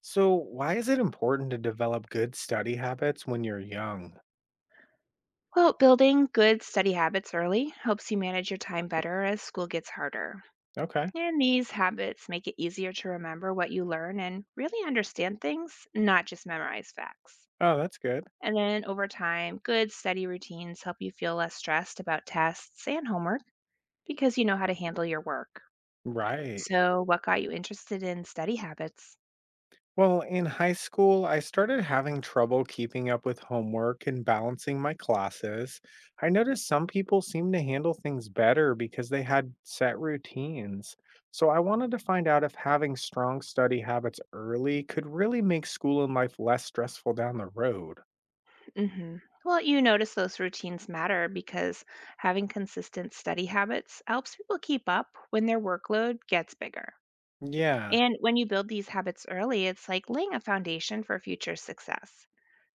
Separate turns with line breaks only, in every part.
So, why is it important to develop good study habits when you're young?
Well, building good study habits early helps you manage your time better as school gets harder.
Okay.
And these habits make it easier to remember what you learn and really understand things, not just memorize facts.
Oh, that's good.
And then over time, good study routines help you feel less stressed about tests and homework because you know how to handle your work.
Right.
So, what got you interested in study habits?
Well, in high school, I started having trouble keeping up with homework and balancing my classes. I noticed some people seem to handle things better because they had set routines. So, I wanted to find out if having strong study habits early could really make school and life less stressful down the road.
Hmm. Well, you notice those routines matter because having consistent study habits helps people keep up when their workload gets bigger.
Yeah.
And when you build these habits early, it's like laying a foundation for future success.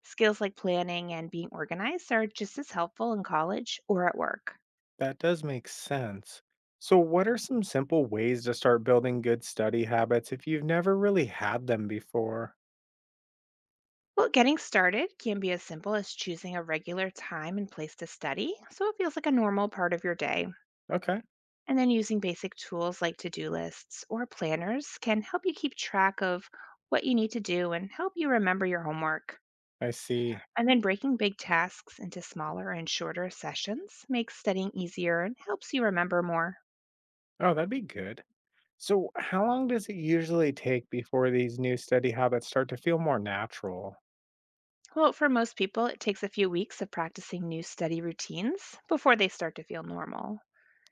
Skills like planning and being organized are just as helpful in college or at work.
That does make sense. So, what are some simple ways to start building good study habits if you've never really had them before?
Well, getting started can be as simple as choosing a regular time and place to study so it feels like a normal part of your day
Okay,
And then using basic tools like to do lists or planners can help you keep track of what you need to do and help you remember your homework.
I see.
And then breaking big tasks into smaller and shorter sessions makes studying easier and helps you remember more.
Oh, that'd be good. So, how long does it usually take before these new study habits start to feel more natural?
Well, for most people, it takes a few weeks of practicing new study routines before they start to feel normal.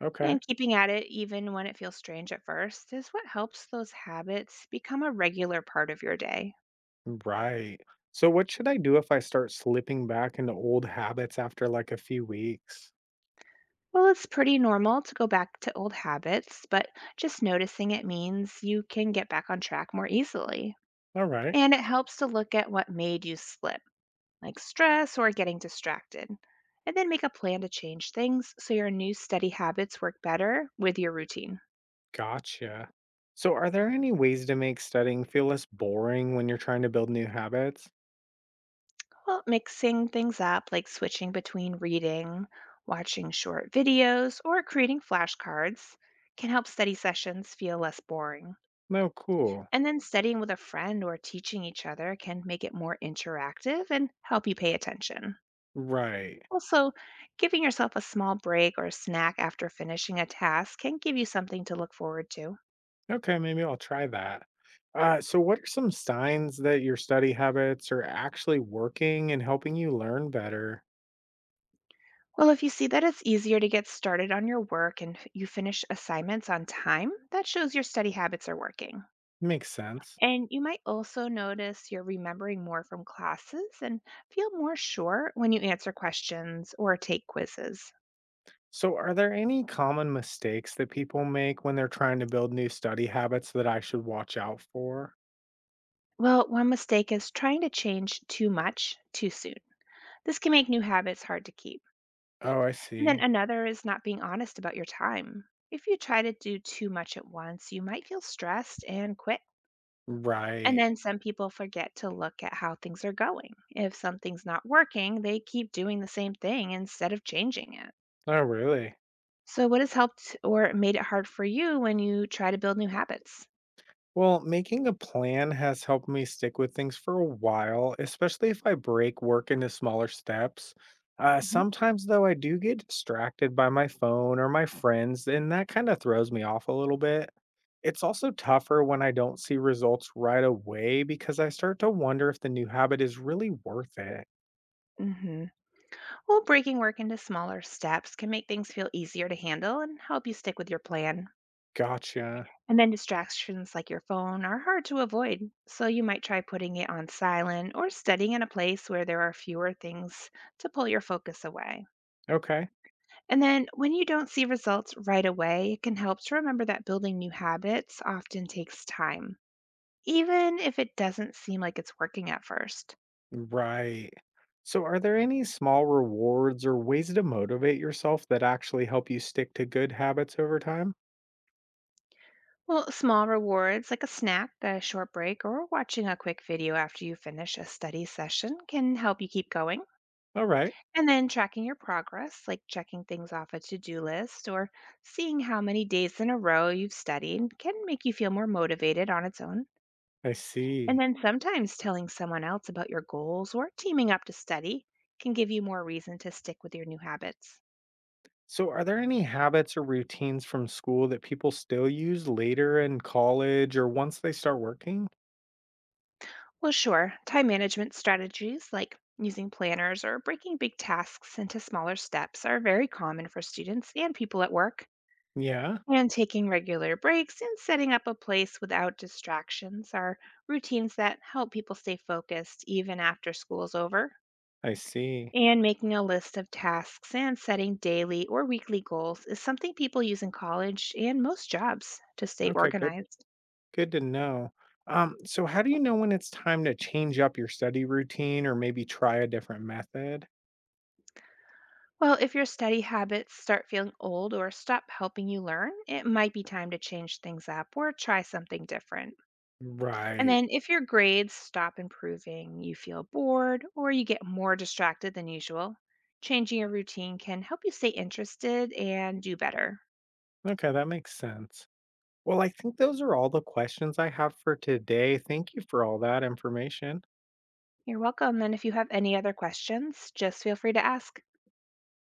Okay,
And keeping at it, even when it feels strange at first, is what helps those habits become a regular part of your day.
right. So, what should I do if I start slipping back into old habits after like a few weeks?
Well, it's pretty normal to go back to old habits, but just noticing it means you can get back on track more easily.
All right,
And it helps to look at what made you slip, like stress or getting distracted, and then make a plan to change things so your new steady habits work better with your routine.
gotcha. So, are there any ways to make studying feel less boring when you're trying to build new habits?
Well, mixing things up, like switching between reading, watching short videos, or creating flashcards, can help study sessions feel less boring.
No, cool.
And then studying with a friend or teaching each other can make it more interactive and help you pay attention.
Right.
Also, giving yourself a small break or snack after finishing a task can give you something to look forward to.
Okay, maybe I'll try that. So, what are some signs that your study habits are actually working and helping you learn better?
Well, if you see that it's easier to get started on your work and you finish assignments on time, that shows your study habits are working.
Makes sense.
And you might also notice you're remembering more from classes and feel more sure when you answer questions or take quizzes.
So, are there any common mistakes that people make when they're trying to build new study habits that I should watch out for?
Well, one mistake is trying to change too much too soon. This can make new habits hard to keep.
Oh, I
And then
see.
another is not being honest about your time. If you try to do too much at once, you might feel stressed and quit. And
Right.
then some people forget to look at how things are going. If something's not working, they keep doing the same thing instead of changing it.
Oh, really?
So, what has helped or made it hard for you when you try to build new habits?
Well, making a plan has helped me stick with things for a while, especially if I break work into smaller steps.
Hmm.
Sometimes, though, I do get distracted by my phone or my friends, and that kind of throws me off a little bit. It's also tougher when I don't see results right away because I start to wonder if the new habit is really worth it.
Hmm. Well, breaking work into smaller steps can make things feel easier to handle and help you stick with your plan.
Gotcha.
And then distractions like your phone are hard to avoid, so you might try putting it on silent or studying in a place where there are fewer things to pull your focus away.
Okay.
And then when you don't see results right away, it can help to remember that building new habits often takes time, even if it doesn't seem like it's working at first.
Right. So, are there any small rewards or ways to motivate yourself that actually help you stick to good habits over time?
Well, small rewards like a snack, a short break, or watching a quick video after you finish a study session can help you keep going.
All right,
And then tracking your progress, like checking things off a to do list or seeing how many days in a row you've studied, can make you feel more motivated on its own.
I
And
see.
then sometimes telling someone else about your goals or teaming up to study can give you more reason to stick with your new habits.
So, are there any habits or routines from school that people still use later in college or once they start working?
Well, sure. Time management strategies like using planners or breaking big tasks into smaller steps are very common for students and people at work.
Yeah,
And taking regular breaks and setting up a place without distractions are routines that help people stay focused even after school's over.
I see.
And making a list of tasks and setting daily or weekly goals is something people use in college and most jobs to stay
Okay, good.
organized.
Good to know. So, how do you know when it's time to change up your study routine or maybe try a different method?
Well, if your study habits start feeling old or stop helping you learn, it might be time to change things up or try something different. And
Right.
then if your grades stop improving, you feel bored, or you get more distracted than usual, changing your routine can help you stay interested and do better.
Okay, that makes sense. Well, I think those are all the questions I have for today. Thank you for all that information.
You're welcome. And if you have any other questions, just feel free to ask.